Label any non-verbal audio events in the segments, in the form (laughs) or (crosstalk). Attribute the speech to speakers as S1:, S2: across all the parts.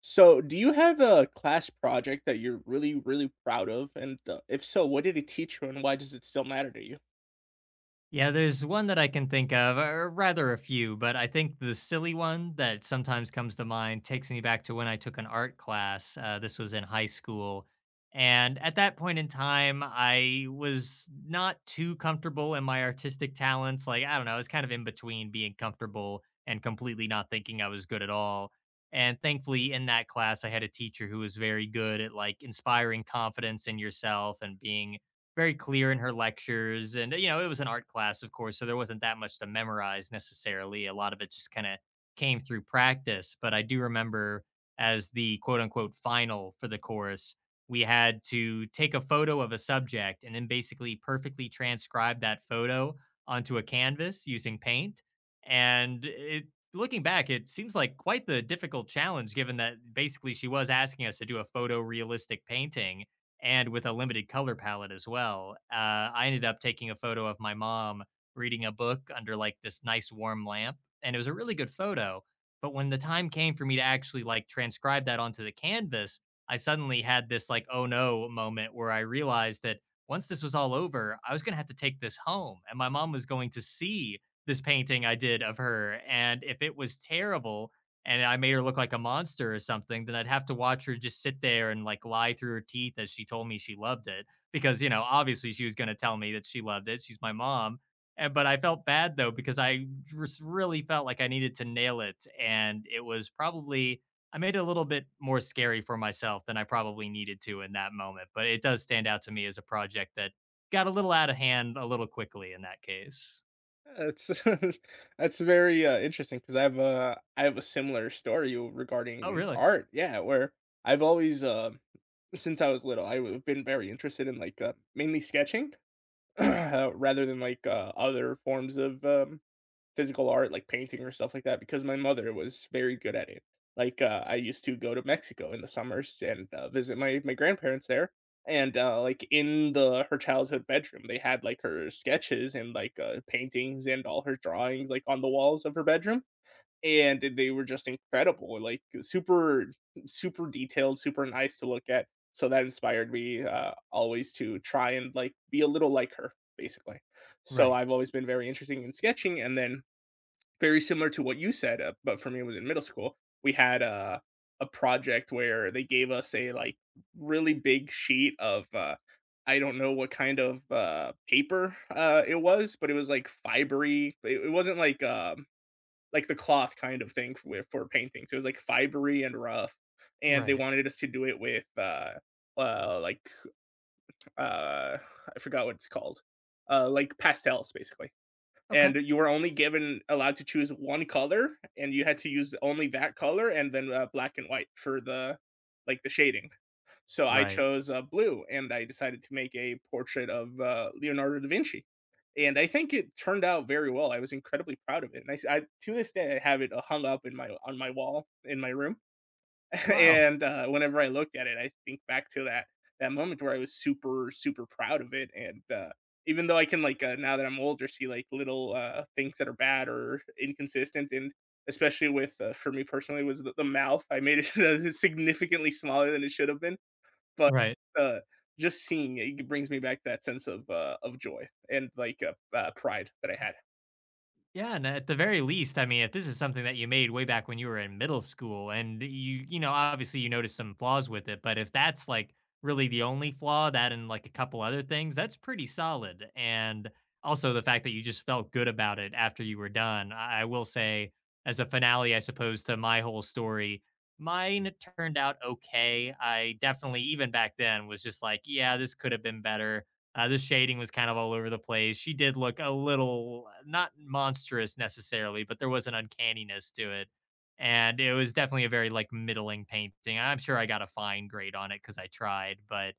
S1: So, do you have a class project that you're really, really proud of? And if so, what did it teach you, and why does it still matter to you?
S2: Yeah, there's one that I can think of, or rather a few, but I think the silly one that sometimes comes to mind takes me back to when I took an art class. This was in high school. And at that point in time, I was not too comfortable in my artistic talents. Like, I don't know, I was kind of in between being comfortable and completely not thinking I was good at all. And thankfully, in that class, I had a teacher who was very good at like inspiring confidence in yourself and being very clear in her lectures. And, you know, it was an art class, of course, so there wasn't that much to memorize necessarily. A lot of it just kind of came through practice. But I do remember as the quote unquote final for the course, we had to take a photo of a subject and then basically perfectly transcribe that photo onto a canvas using paint. And it, looking back, it seems like quite the difficult challenge given that basically she was asking us to do a photorealistic painting and with a limited color palette as well. I ended up taking a photo of my mom reading a book under like this nice warm lamp, and it was a really good photo. But when the time came for me to actually like transcribe that onto the canvas, I suddenly had this like oh no moment where I realized that once this was all over, I was going to have to take this home, and my mom was going to see this painting I did of her, and if it was terrible, and I made her look like a monster or something, then I'd have to watch her just sit there and like lie through her teeth as she told me she loved it. Because, you know, obviously she was going to tell me that she loved it. She's my mom. And, but I felt bad though, because I just really felt like I needed to nail it. And it was probably, I made it a little bit more scary for myself than I probably needed to in that moment. But it does stand out to me as a project that got a little out of hand a little quickly in that case.
S1: That's (laughs) That's very interesting because I have a similar story
S2: Oh,
S1: regarding
S2: really?
S1: art. Yeah, where I've always since I was little, I've been very interested in like mainly sketching. (clears throat) Rather than like other forms of physical art, like painting or stuff like that, because my mother was very good at it. Like, I used to go to Mexico in the summers and, visit my grandparents there, and, like, in the her childhood bedroom, they had, like, her sketches and, like, paintings and all her drawings, like, on the walls of her bedroom, and they were just incredible, like, super super detailed, super nice to look at, so that inspired me, always to try and, like, be a little like her, basically. So
S2: Right.
S1: I've always been very interested in sketching, and then very similar to what you said, but for me, it was in middle school. We had a project where they gave us a like really big sheet of I don't know what kind of paper it was, but it was like fibery. It wasn't like the cloth kind of thing for paintings. It was like fibery and rough, and they
S2: Right.
S1: wanted us to do it with uh, like uh, I forgot what it's called, like pastels basically. And
S2: Okay.
S1: you were only given allowed to choose one color, and you had to use only that color and then black and white for the like the shading. So I
S2: Right.
S1: chose blue and I decided to make a portrait of Leonardo da Vinci, and I think it turned out very well. I was incredibly proud of it, and I to this day I have it hung up in my on my wall in my room.
S2: Wow.
S1: And whenever I look at it, I think back to that moment where I was super super proud of it, and even though I can like now that I'm older, see like little things that are bad or inconsistent, and especially with for me personally was the mouth. I made it (laughs) significantly smaller than it should have been, but
S2: Right.
S1: uh, just seeing it brings me back to that sense of joy and like pride that I had.
S2: Yeah, and at the very least, I mean, if this is something that you made way back when you were in middle school and you know, obviously you noticed some flaws with it, but if that's like really the only flaw, that and like a couple other things, that's pretty solid. And also the fact that you just felt good about it after you were done. I will say, as a finale, I suppose, to my whole story, mine turned out okay. I definitely, even back then, was just like, yeah, this could have been better. The shading was kind of all over the place. She did look a little, not monstrous necessarily, but there was an uncanniness to it. And it was definitely a very like middling painting. I'm sure I got a fine grade on it because I tried, but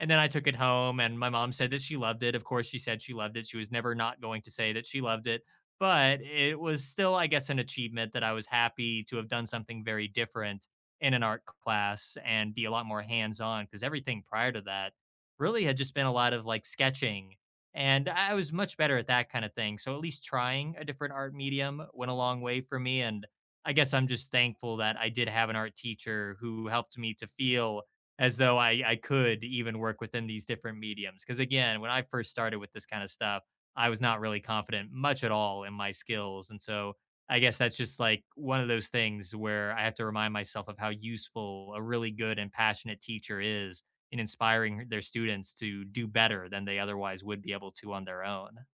S2: and then I took it home and my mom said that she loved it. Of course, she said she loved it. She was never not going to say that she loved it, but it was still, I guess, an achievement that I was happy to have done something very different in an art class and be a lot more hands on because everything prior to that really had just been a lot of like sketching. And I was much better at that kind of thing. So at least trying a different art medium went a long way for me. And I guess I'm just thankful that I did have an art teacher who helped me to feel as though I could even work within these different mediums. Because again, when I first started with this kind of stuff, I was not really confident much at all in my skills. And so I guess that's just like one of those things where I have to remind myself of how useful a really good and passionate teacher is in inspiring their students to do better than they otherwise would be able to on their own.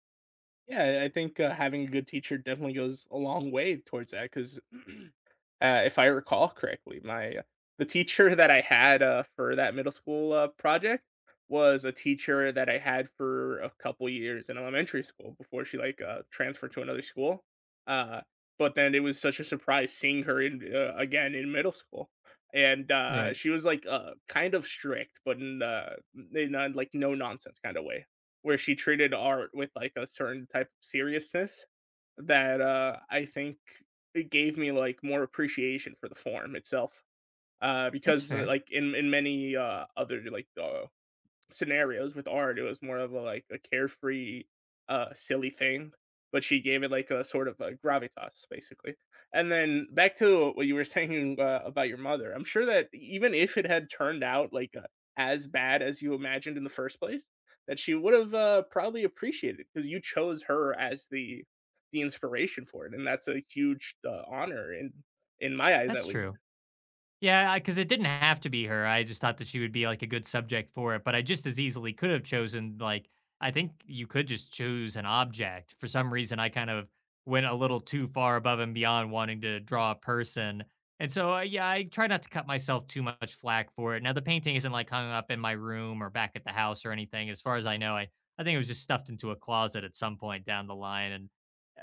S1: Yeah, I think, having a good teacher definitely goes a long way towards that, 'cause (clears throat) if I recall correctly, my the teacher that I had, for that middle school, project was a teacher that I had for a couple years in elementary school before she, like, transferred to another school, uh, but then it was such a surprise seeing her in, again in middle school, and,
S2: Right.
S1: she was, like, kind of strict, but in a, like, no nonsense kinda way where she treated art with like a certain type of seriousness that I think it gave me like more appreciation for the form itself.
S2: That's
S1: Because
S2: fair.
S1: like in many other like scenarios. With art, it was more of a like a carefree, silly thing, but she gave it like a sort of a gravitas, basically. And then back to what you were (laughs) saying about your mother. I'm sure that even if it had turned out like as bad as you imagined in the first place, that she would have probably appreciated because you chose her as the inspiration for it, and that's a huge honor in my eyes, at
S2: That's
S1: least.
S2: true. Yeah, because it didn't have to be her. I just thought that she would be like a good subject for it, but I just as easily could have chosen like I think you could just choose an object. For some reason, I kind of went a little too far above and beyond wanting to draw a person, and so yeah, I try not to cut myself too much flack for it. Now the painting isn't like hung up in my room or back at the house or anything. As far as I know, I think it was just stuffed into a closet at some point down the line, and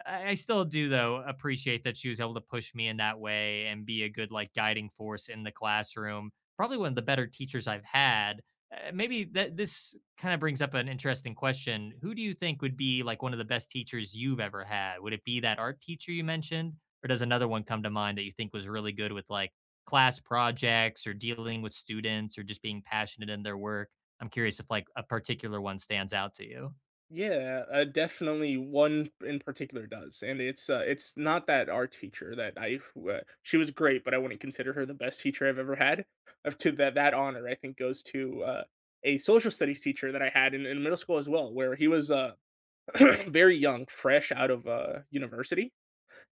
S2: I still do though appreciate that she was able to push me in that way and be a good like guiding force in the classroom. Probably one of the better teachers I've had. Maybe that this kind of brings up an interesting question. Who do you think would be like one of the best teachers you've ever had? Would it be that art teacher you mentioned, or does another one come to mind that you think was really good with like class projects or dealing with students or just being passionate in their work? I'm curious if like a particular one stands out to you.
S1: Yeah, definitely one in particular does, and it's not that art teacher that I she was great, but I wouldn't consider her the best teacher I've ever had. Of to that honor, I think, goes to, a social studies teacher that I had in middle school as well, where he was, (clears throat) very young, fresh out of, university,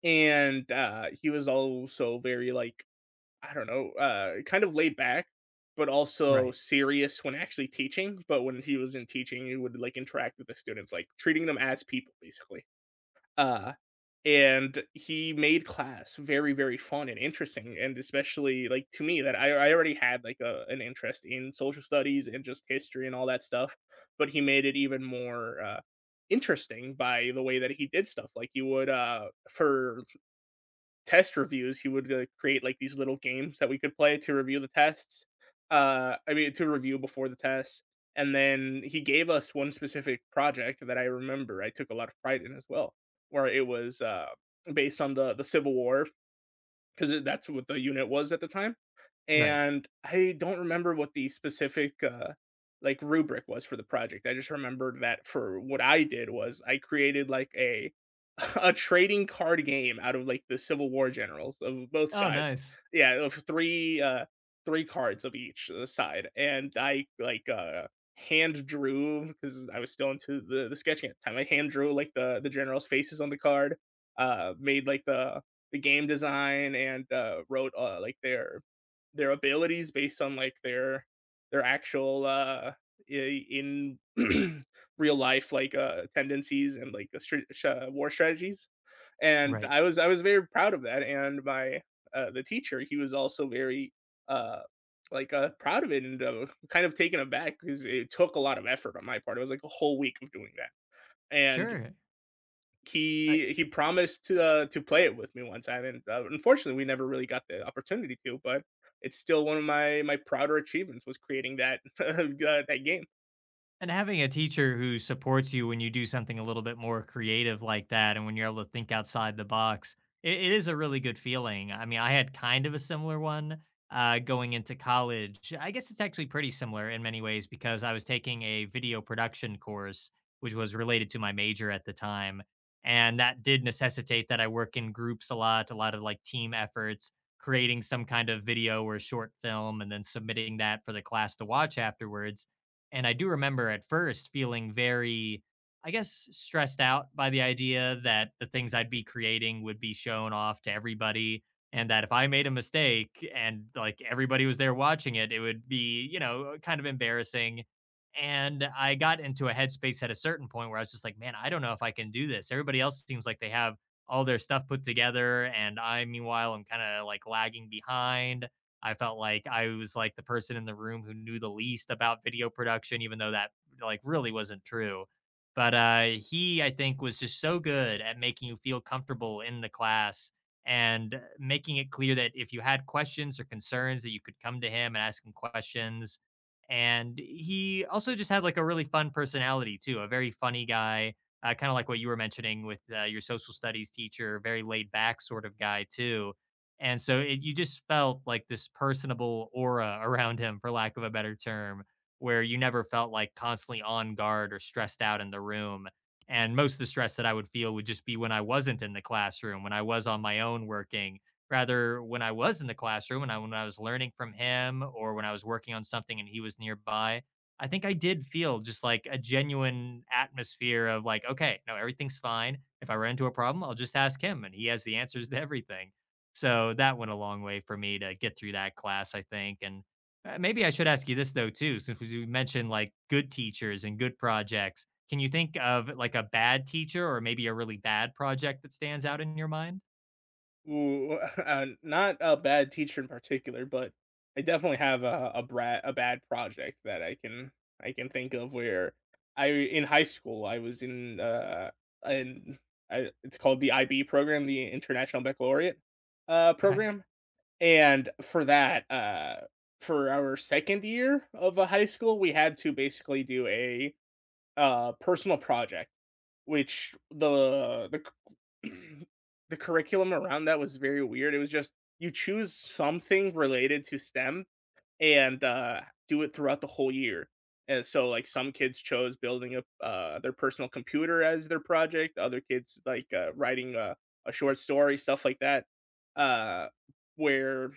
S1: and, he was also very, like, I don't know, kind of laid back, but also
S2: Right.
S1: serious when actually teaching. But when he was in teaching, he would like interact with the students, like treating them as people, basically. Uh, and he made class very, very fun and interesting, and especially like to me that I already had like a, an interest in social studies and just history and all that stuff, but he made it even more interesting by the way that he did stuff. Like he would, for test reviews, he would create like these little games that we could play to review the tests. I mean, to review before the tests. And then he gave us one specific project that I remember I took a lot of pride in as well, where it was based on the Civil War, because that's what the unit was at the time,
S2: Right.
S1: and I don't remember what the specific, like, rubric was for the project. I just remembered that for what I did was I created, like, a (laughs) a trading card game out of, like, the Civil War generals of both
S2: Oh,
S1: sides.
S2: nice.
S1: Yeah, of 3, 3 cards of each, side, and I, like, hand drew, because I was still into the sketching at the time. I hand drew, like, the generals' faces on the card, made, like, the game design and, wrote, like, their abilities based on like their actual in (clears throat) real life like tendencies and like war strategies. And
S2: Right.
S1: I was very proud of that, and my the teacher, he was also very uh like proud of it, and kind of taken aback because it took a lot of effort on my part. It was like a whole week of doing that, and
S2: Sure. I,
S1: he promised to play it with me one time, and unfortunately, we never really got the opportunity to. But it's still one of my prouder achievements was creating that (laughs) that game.
S2: and having a teacher who supports you when you do something a little bit more creative like that and when you're able to think outside the box, it is a really good feeling. I mean, I had kind of a similar one going into college. I guess it's actually pretty similar in many ways because I was taking a video production course, which was related to my major at the time. And that did necessitate that I work in groups a lot of like team efforts, creating some kind of video or short film, and then submitting that for the class to watch afterwards. And I do remember at first feeling very, I guess, stressed out by the idea that the things I'd be creating would be shown off to everybody. And that if I made a mistake and like everybody was there watching it, it would be, you know, kind of embarrassing. And I got into a headspace at a certain point where I was just like, man, I don't know if I can do this. Everybody else seems like they have all their stuff put together. And I, meanwhile, I am kind of like lagging behind. I felt like I was like the person in the room who knew the least about video production, even though that like really wasn't true. But he, I think, was just so good at making you feel comfortable in the class and making it clear that if you had questions or concerns, that you could come to him and ask him questions. And he also just had like a really fun personality too, a very funny guy, kind of like what you were mentioning with your social studies teacher, very laid back sort of guy too and so it, you just felt like this personable aura around him, for lack of a better term, where you never felt like constantly on guard or stressed out in the room. And most of the stress that I would feel would just be when I wasn't in the classroom, when I was on my own working, rather when I was in the classroom and I, when I was learning from him or when I was working on something and he was nearby. I think I did feel just like a genuine atmosphere of like, okay, no, everything's fine. If I run into a problem, I'll just ask him and he has the answers to everything. So that went a long way for me to get through that class, I think. And maybe I should ask you this though too, since we mentioned like good teachers and good projects. Can you think of like a bad teacher or maybe a really bad project that stands out in your mind?
S1: Ooh, not a bad teacher in particular, but I definitely have a bad project that I can think of, where I in high school I was in in it's called the IB program, the International Baccalaureate
S2: Okay.
S1: program. And for that, for our second year of a high school, we had to basically do a personal project, which c- (clears throat) the curriculum around that was very weird. It was just you choose something related to STEM and do it throughout the whole year. And so, like some kids chose building a their personal computer as their project. Other kids like writing a short story, stuff like that. Uh, where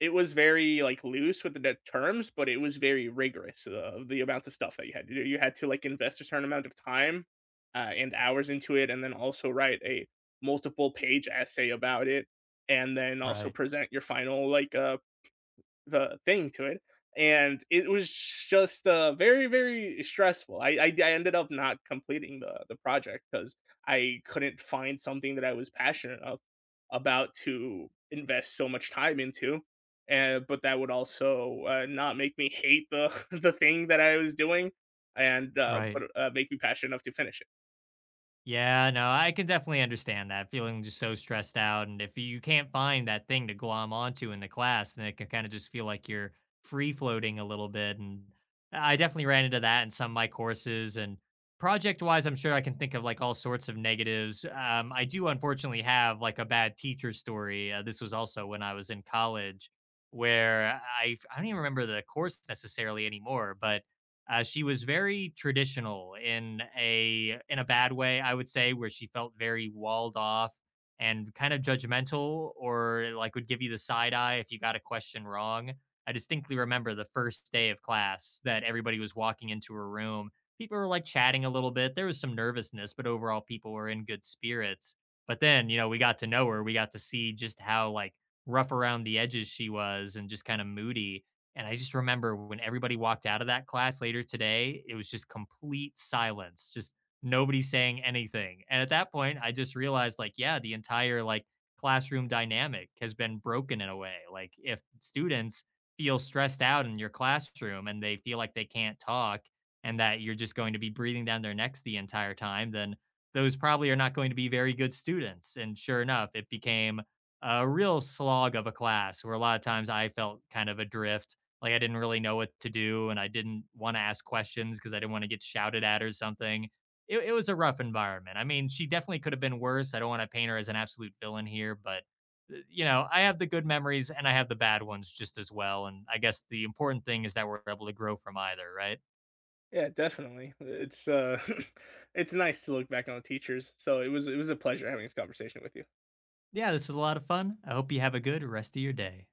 S1: it was very, like, loose with terms, but it was very rigorous of the amounts of stuff that you had to do. You had to, like, invest a certain amount of time, and hours into it, and then also write a multiple page essay about it, and then also
S2: Right.
S1: present your final, like, the thing to it, and it was just very very stressful. I ended up not completing the project because I couldn't find something that I was passionate enough about to invest so much time into. And but that would also not make me hate the (laughs) the thing that I was doing, and but
S2: Right.
S1: make me passionate enough to finish it.
S2: Yeah, no, I can definitely understand that feeling just so stressed out. And if you can't find that thing to glom onto in the class, then it can kind of just feel like you're free floating a little bit. And I definitely ran into that in some of my courses. And project wise, I'm sure I can think of like all sorts of negatives. I do unfortunately have like a bad teacher story. This was also when I was in college where I don't even remember the course necessarily anymore, but she was very traditional in a bad way, I would say, where she felt very walled off and kind of judgmental, or like would give you the side eye if you got a question wrong. I distinctly remember the first day of class that everybody was walking into her room. People were like chatting a little bit. There was some nervousness, but overall, people were in good spirits. But then, you know, we got to know her. We got to see just how like rough around the edges she was and just kind of moody and I just remember when everybody walked out of that class later today, it was just complete silence, just nobody saying anything. And at that point, I just realized like, yeah, the entire like classroom dynamic has been broken in a way. Like if students feel stressed out in your classroom and they feel like they can't talk and that you're just going to be breathing down their necks the entire time, then those probably are not going to be very good students. And sure enough, it became a real slog of a class where a lot of times I felt kind of adrift like I didn't really know what to do and I didn't want to ask questions because I didn't want to get shouted at or something. It was a rough environment. I mean, she definitely could have been worse. I don't want to paint her as an absolute villain here, but you know, I have the good memories and I have the bad ones just as well. And I guess the important thing is that we're able to grow from either, right?
S1: Yeah, definitely. It's (laughs) it's nice to look back on the teachers. So it was a pleasure having this conversation with you.
S2: Yeah, this was a lot of fun. I hope you have a good rest of your day.